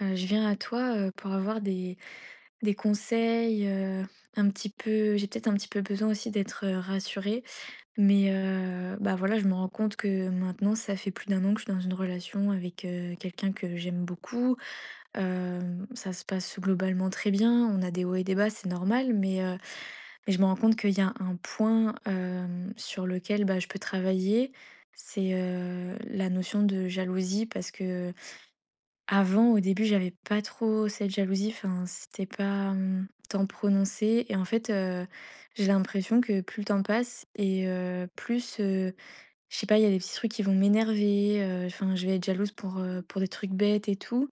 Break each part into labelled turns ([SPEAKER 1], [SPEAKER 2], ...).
[SPEAKER 1] Je viens à toi, pour avoir des conseils, un petit peu j'ai peut-être un petit peu besoin aussi d'être, rassurée. Mais, bah, voilà, je me rends compte que maintenant ça fait plus d'un an que je suis dans une relation avec, quelqu'un que j'aime beaucoup. Ça se passe globalement très bien, on a des hauts et des bas, c'est normal, mais je me rends compte qu'il y a un point, sur lequel, bah, je peux travailler, c'est, la notion de jalousie parce que avant, au début, j'avais pas trop cette jalousie, enfin, c'était pas, tant prononcé et en fait, j'ai l'impression que plus le temps passe et plus, je sais pas, il y a des petits trucs qui vont m'énerver, enfin, je vais être jalouse pour des trucs bêtes et tout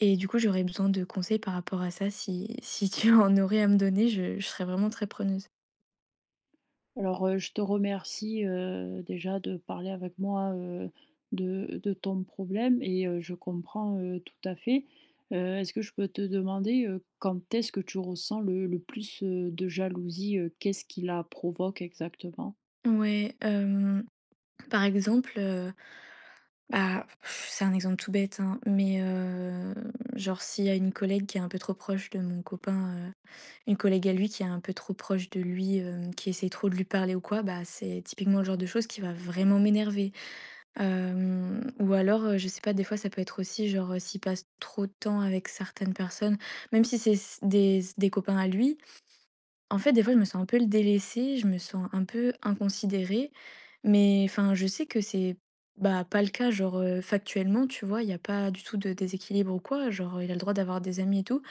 [SPEAKER 1] et du coup, j'aurais besoin de conseils par rapport à ça. Si tu en aurais à me donner, je serais vraiment très preneuse.
[SPEAKER 2] Je te remercie, déjà de parler avec moi, de ton problème et je comprends, tout à fait. Est-ce que je peux te demander, quand est-ce que tu ressens le plus, de jalousie, qu'est-ce qui la provoque exactement?
[SPEAKER 1] Ouais, par exemple, bah, c'est un exemple tout bête, hein, mais genre s'il y a une collègue qui est un peu trop proche de mon copain, heu, une collègue à lui qui est un peu trop proche de lui, qui essaie trop de lui parler ou quoi, bah, c'est typiquement le genre de choses qui va vraiment m'énerver. Ou alors, je sais pas, des fois ça peut être aussi genre, s'il passe trop de temps avec certaines personnes, même si c'est s des copains à lui, en fait, des fois, je me sens un peu le délaissée, je me sens un peu inconsidérée, mais enfin, je sais que c'est bah, pas le cas, genre factuellement, tu vois, il n'y a pas du tout de déséquilibre ou quoi, genre il a le droit d'avoir des amis et tout,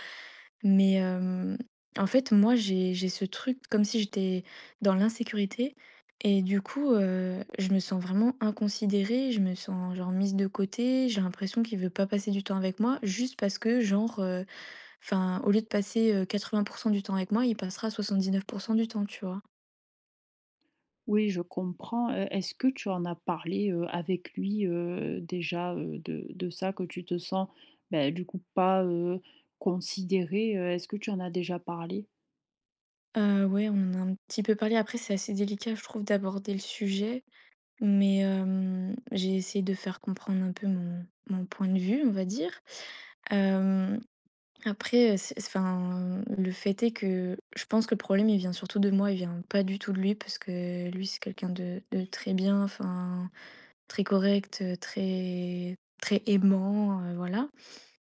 [SPEAKER 1] mais en fait, moi, j'ai ce truc comme si j'étais dans l'insécurité, et du coup, je me sens vraiment inconsidérée, je me sens genre mise de côté, j'ai l'impression qu'il veut pas passer du temps avec moi, juste parce que, genre, enfin, au lieu de passer, 80 du temps avec moi, il passera 79 du temps, tu vois?
[SPEAKER 2] Oui, je comprends. Est-ce que tu en as parlé, avec lui, déjà, de ça, que tu te sens, bah, du coup, pas, considérée, est-ce que tu en as déjà parlé?
[SPEAKER 1] Ouais, on en a un petit peu parlé. Après, c'est assez délicat, je trouve, d'aborder le sujet, mais j'ai essayé de faire comprendre un peu mon point de vue, on va dire. Hem, Après, c'est enfin, le fait est que je pense que le problème, il vient surtout de moi, il vient pas du tout de lui parce que lui, c'est quelqu'un de très bien, enfin, très correct, très très aimant, voilà.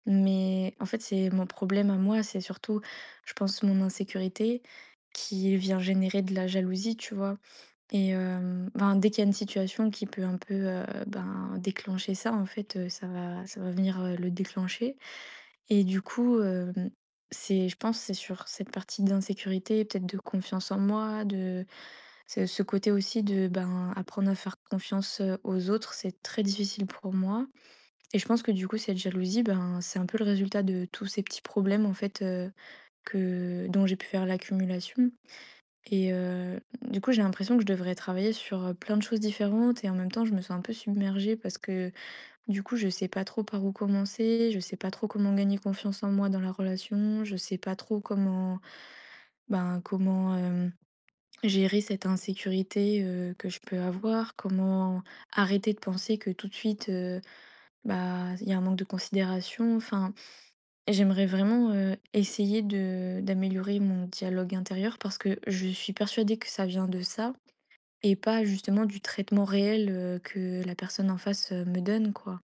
[SPEAKER 1] Mais en fait, c'est mon problème à moi, c'est surtout, je pense, mon insécurité qui vient générer de la jalousie, tu vois. Et ben, dès qu'il y a une situation qui peut un peu ben, déclencher ça, en fait, ça va venir le déclencher. Et du coup, c'est, je pense, c'est sur cette partie d'insécurité, peut-être de confiance en moi, de c'est ce côté aussi de ben, apprendre à faire confiance aux autres, c'est très difficile pour moi. Et je pense que du coup, cette jalousie, ben, c'est un peu le résultat de tous ces petits problèmes en fait que dont j'ai pu faire l'accumulation. Et du coup, j'ai l'impression que je devrais travailler sur plein de choses différentes et en même temps, je me sens un peu submergée parce que du coup, je sais pas trop par où commencer, je sais pas trop comment gagner confiance en moi dans la relation, je sais pas trop comment, ben, comment gérer cette insécurité que je peux avoir, comment arrêter de penser que tout de suite, bah, il y a un manque de considération. Enfin, j'aimerais vraiment, essayer de d'améliorer mon dialogue intérieur parce que je suis persuadée que ça vient de ça et pas justement du traitement réel, que la personne en face, me donne quoi.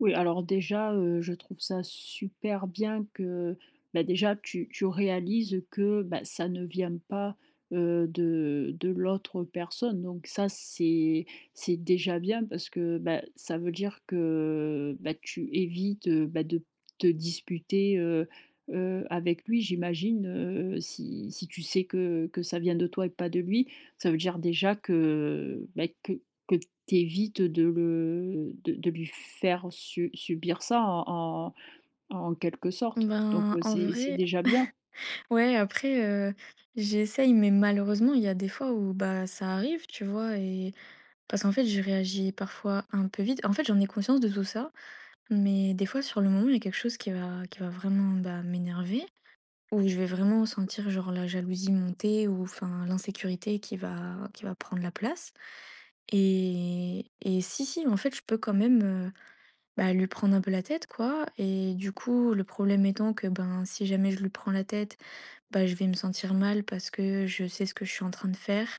[SPEAKER 2] Oui, alors déjà, je trouve ça super bien que, bah, déjà tu réalises que, bah, ça ne vient pas, de l'autre personne, donc ça c'est déjà bien parce que, bah, ça veut dire que, bah, tu évites, bah, de te disputer, avec lui, j'imagine, si tu sais que ça vient de toi et pas de lui. Ça veut dire déjà que, bah, que tu de le de lui faire su subir ça en en quelque sorte, donc
[SPEAKER 1] Ben,
[SPEAKER 2] heu,
[SPEAKER 1] en
[SPEAKER 2] c'est c'est
[SPEAKER 1] vrai,
[SPEAKER 2] déjà bien.
[SPEAKER 1] ouais après, j'essaye mais malheureusement il y a des fois où, bah, ça arrive, tu vois? Et parce qu'en fait je réagis parfois un peu vite. En fait, j'en ai conscience de tout ça, mais des fois sur le moment, il y a quelque chose qui va vraiment, bah, m'énerver, où je vais vraiment sentir genre la jalousie monter ou enfin l'insécurité qui va prendre la place et si, en fait, je peux quand même, bah, lui prendre un peu la tête quoi et du coup, le problème étant que, ben, si jamais je lui prends la tête, bah, je vais me sentir mal parce que je sais ce que je suis en train de faire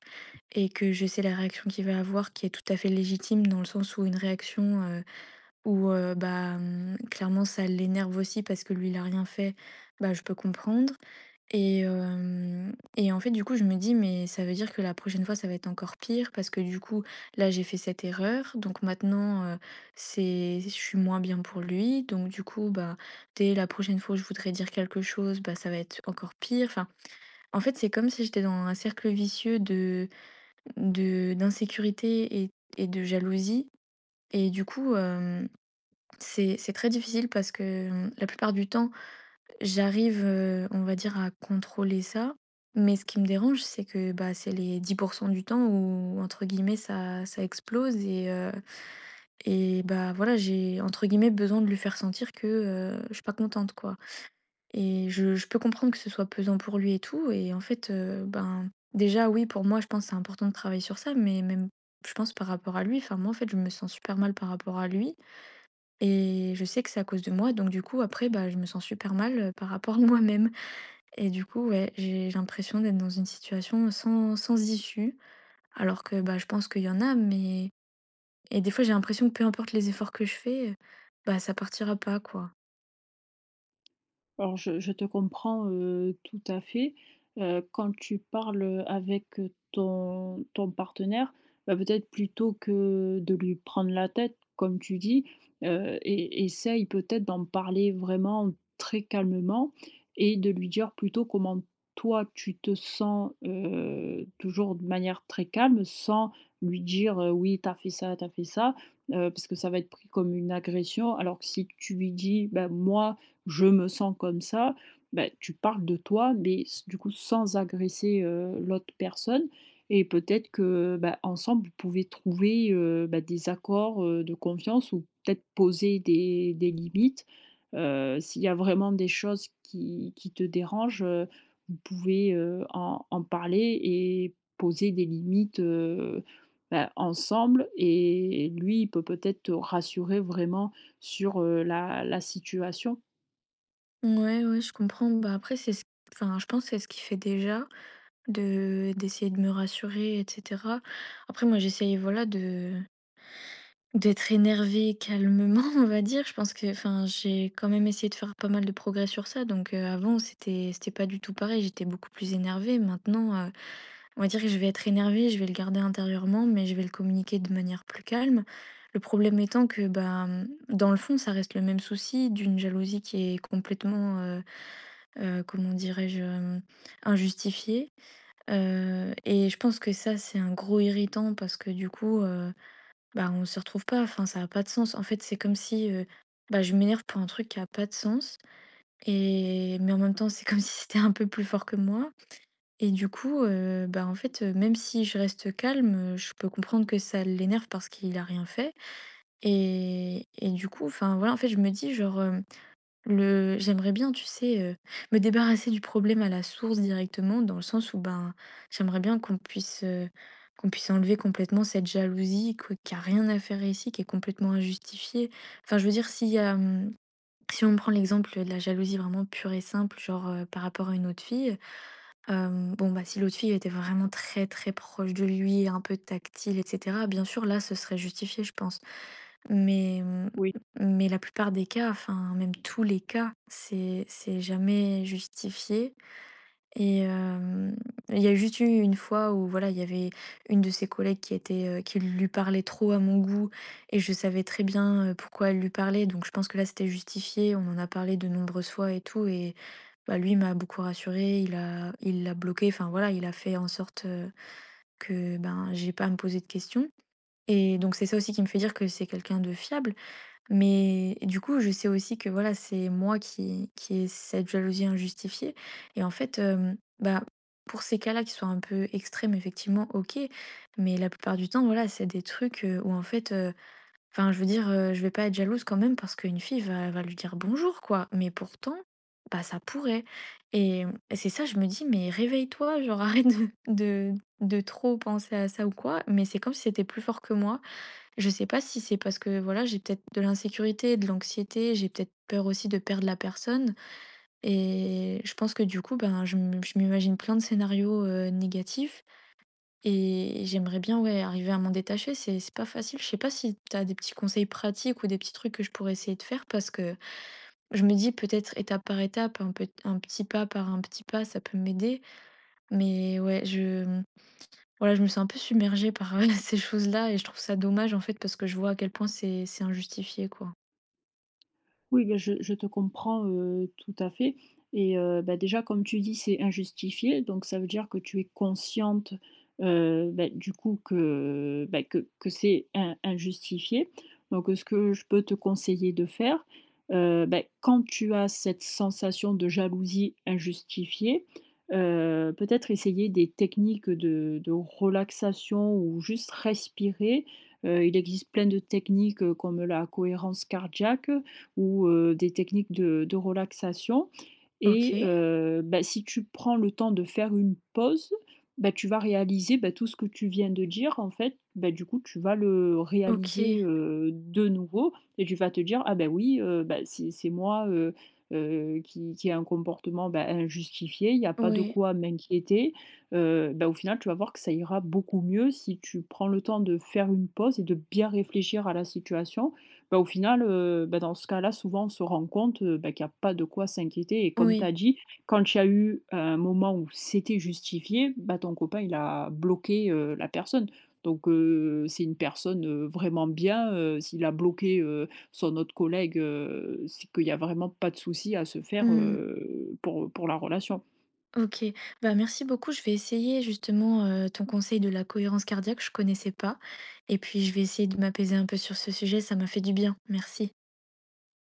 [SPEAKER 1] et que je sais la réaction qu'il va avoir qui est tout à fait légitime dans le sens où une réaction, où, clairement ça l'énerve aussi parce que lui il a rien fait, bah, je peux comprendre. Et en fait, du coup, je me dis: «Mais ça veut dire que la prochaine fois, ça va être encore pire parce que du coup, là, j'ai fait cette erreur, donc maintenant, c'est je suis moins bien pour lui, donc du coup, bah, dès la prochaine fois où je voudrais dire quelque chose, bah, ça va être encore pire». Enfin, en fait, c'est comme si j'étais dans un cercle vicieux de d'insécurité et de jalousie et du coup, c'est très difficile parce que, la plupart du temps j'arrive, on va dire à contrôler ça, mais ce qui me dérange, c'est que, bah, c'est les 10% du temps où entre guillemets ça explose et bah, voilà, j'ai entre guillemets «besoin» de lui faire sentir que, je suis pas contente quoi et je peux comprendre que ce soit pesant pour lui et tout et en fait, ben, déjà oui, pour moi, je pense que c'est important de travailler sur ça, mais même je pense par rapport à lui, enfin moi, en fait, je me sens super mal par rapport à lui et je sais que c'est à cause de moi, donc du coup après, bah, je me sens super mal, par rapport à moi-même. Et du coup, ouais, j'ai l'impression d'être dans une situation sans issue, alors que bah, je pense qu'il y en a, mais... Et des fois, j'ai l'impression que peu importe les efforts que je fais, bah, ça partira pas, quoi.
[SPEAKER 2] Alors je te comprends, tout à fait. Quand tu parles, avec, ton partenaire, bah, peut-être plutôt que de lui prendre la tête, comme tu dis, heu, e essaye peut-être d'en parler vraiment très calmement et de lui dire plutôt comment toi tu te sens, toujours de manière très calme, sans lui dire, «Oui, t'as fait ça», parce que ça va être pris comme une agression. Alors que si tu lui dis: «Bah, moi, «Je me sens comme ça», bah, tu parles de toi, mais s du coup sans agresser, l'autre personne, et peut-être que, bah, ensemble, vous pouvez trouver, bah, des accords, de confiance, ou peut-être poser des limites. S'il y a vraiment des choses qui te dérangent, vous pouvez, en parler et poser des limites, bah, ensemble, et lui, il peut peut-être te rassurer vraiment sur, la situation.
[SPEAKER 1] Ouais, ouais, je comprends. Bah, après, enfin, je pense que c'est ce qui fait déjà, de d'essayer de me rassurer, etc. Après, moi, j'essaye, voilà, de d'être énervée calmement, on va dire. Je pense que, enfin, j'ai quand même essayé de faire pas mal de progrès sur ça. Donc, avant, c'était pas du tout pareil. J'étais beaucoup plus énervée. Maintenant, on va dire que je vais être énervée, je vais le garder intérieurement, mais je vais le communiquer de manière plus calme. Le problème étant que, bah, dans le fond, ça reste le même souci d'une jalousie qui est complètement, comment dirais-je? Injustifiée. Et je pense que ça, c'est un gros irritant parce que du coup, bah, on se retrouve pas, enfin, ça a pas de sens. En fait, c'est comme si, bah, je m'énerve pour un truc qui a pas de sens mais en même temps, c'est comme si c'était un peu plus fort que moi. Et du coup, bah, en fait, même si je reste calme, je peux comprendre que ça l'énerve parce qu'il a rien fait et du coup, enfin, voilà, en fait, je me dis genre, le j'aimerais bien, tu sais, me débarrasser du problème à la source directement dans le sens où, ben, j'aimerais bien qu'on puisse enlever complètement cette jalousie que qui a rien à faire ici, qui est complètement injustifiée. Enfin, je veux dire, s'il y a, si on prend l'exemple de la jalousie vraiment pure et simple, genre, par rapport à une autre fille, bon, bah, si l'autre fille était vraiment très, très proche de lui, un peu tactile etc., bien sûr, là, ce serait justifié, je pense. Mais, mmh,
[SPEAKER 2] Oui,
[SPEAKER 1] mais la plupart des cas, enfin, même tous les cas, c'est jamais justifié et hem, il y a juste eu une fois où, voilà, il y avait une de ses collègues qui lui parlait trop à mon goût et je savais très bien, pourquoi elle lui parlait, donc je pense que là, c'était justifié. On en a parlé de nombreuses fois et tout et bah, lui m'a beaucoup rassurée, il l'a bloqué, enfin voilà, il a fait en sorte, que, ben, j'ai pas à me poser de questions et donc c'est ça aussi qui me fait dire que c'est quelqu'un de fiable. Mais du coup, je sais aussi que voilà, c'est moi qui ai cette jalousie injustifiée et en fait, bah, pour ces cas-là qui sont un peu extrêmes, effectivement, OK, mais la plupart du temps, voilà, c'est des trucs, où en fait, enfin, je veux dire, je vais pas être jalouse quand même parce qu'une fille va lui dire: «Bonjour» quoi, mais pourtant, bah, ça pourrait c'est ça, je me dis: «Mais réveille-toi, genre arrête de trop penser à ça ou quoi», mais c'est comme si c'était plus fort que moi. Je sais pas si c'est parce que, voilà, j'ai peut-être de l'insécurité, de l'anxiété, j'ai peut-être peur aussi de perdre la personne et je pense que du coup, ben, je m'imagine plein de scénarios, négatifs et j'aimerais bien, ouais, arriver à m'en détacher, c'est pas facile. Je sais pas si tu as des petits conseils pratiques ou des petits trucs que je pourrais essayer de faire parce que je me dis peut-être étape par étape, un petit pas par un petit pas, ça peut m'aider. Mais ouais, voilà, je me sens un peu submergée par ces choses-là et je trouve ça dommage en fait parce que je vois à quel point c'est injustifié, quoi.
[SPEAKER 2] oui, bah, je te comprends, tout à fait. Et bah, déjà comme tu dis, c'est injustifié, donc ça veut dire que tu es consciente, bah, du coup que, bah, que c'est in injustifié. Donc ce que je peux te conseiller de faire, bah, quand tu as cette sensation de jalousie injustifiée, peut-être essayer des techniques de relaxation ou juste respirer. Il existe plein de techniques, comme la cohérence cardiaque, ou des techniques de relaxation.
[SPEAKER 1] Ok,
[SPEAKER 2] Et bah, si tu prends le temps de faire une pause, bah, tu vas réaliser, bah, tout ce que tu viens de dire, en fait, bah, du coup tu vas le
[SPEAKER 1] ok,
[SPEAKER 2] réaliser, de nouveau, et tu vas te dire: «Ah, ben oui, bah, c'est moi, qui a un comportement, bah, injustifié, il y a pas de
[SPEAKER 1] oui,
[SPEAKER 2] quoi m'inquiéter». Bah, au final, tu vas voir que ça ira beaucoup mieux si tu prends le temps de faire une pause et de bien réfléchir à la situation. Bah, au final, bah, dans ce cas-là, souvent, on se rend compte, bah, qu'il y a pas de quoi s'inquiéter, et comme tu
[SPEAKER 1] oui.
[SPEAKER 2] as dit, quand il y a eu un moment où c'était justifié, bah, ton copain, il a bloqué, la personne. Donc c'est une personne, vraiment bien, s'il a bloqué, son autre collègue, c'est qu'il y a vraiment pas de souci à se faire,
[SPEAKER 1] Hmm.
[SPEAKER 2] pour la relation.
[SPEAKER 1] OK. Bah, merci beaucoup. Je vais essayer justement, ton conseil de la cohérence cardiaque, je connaissais pas et puis je vais essayer de m'apaiser un peu sur ce sujet, ça m'a fait du bien. Merci.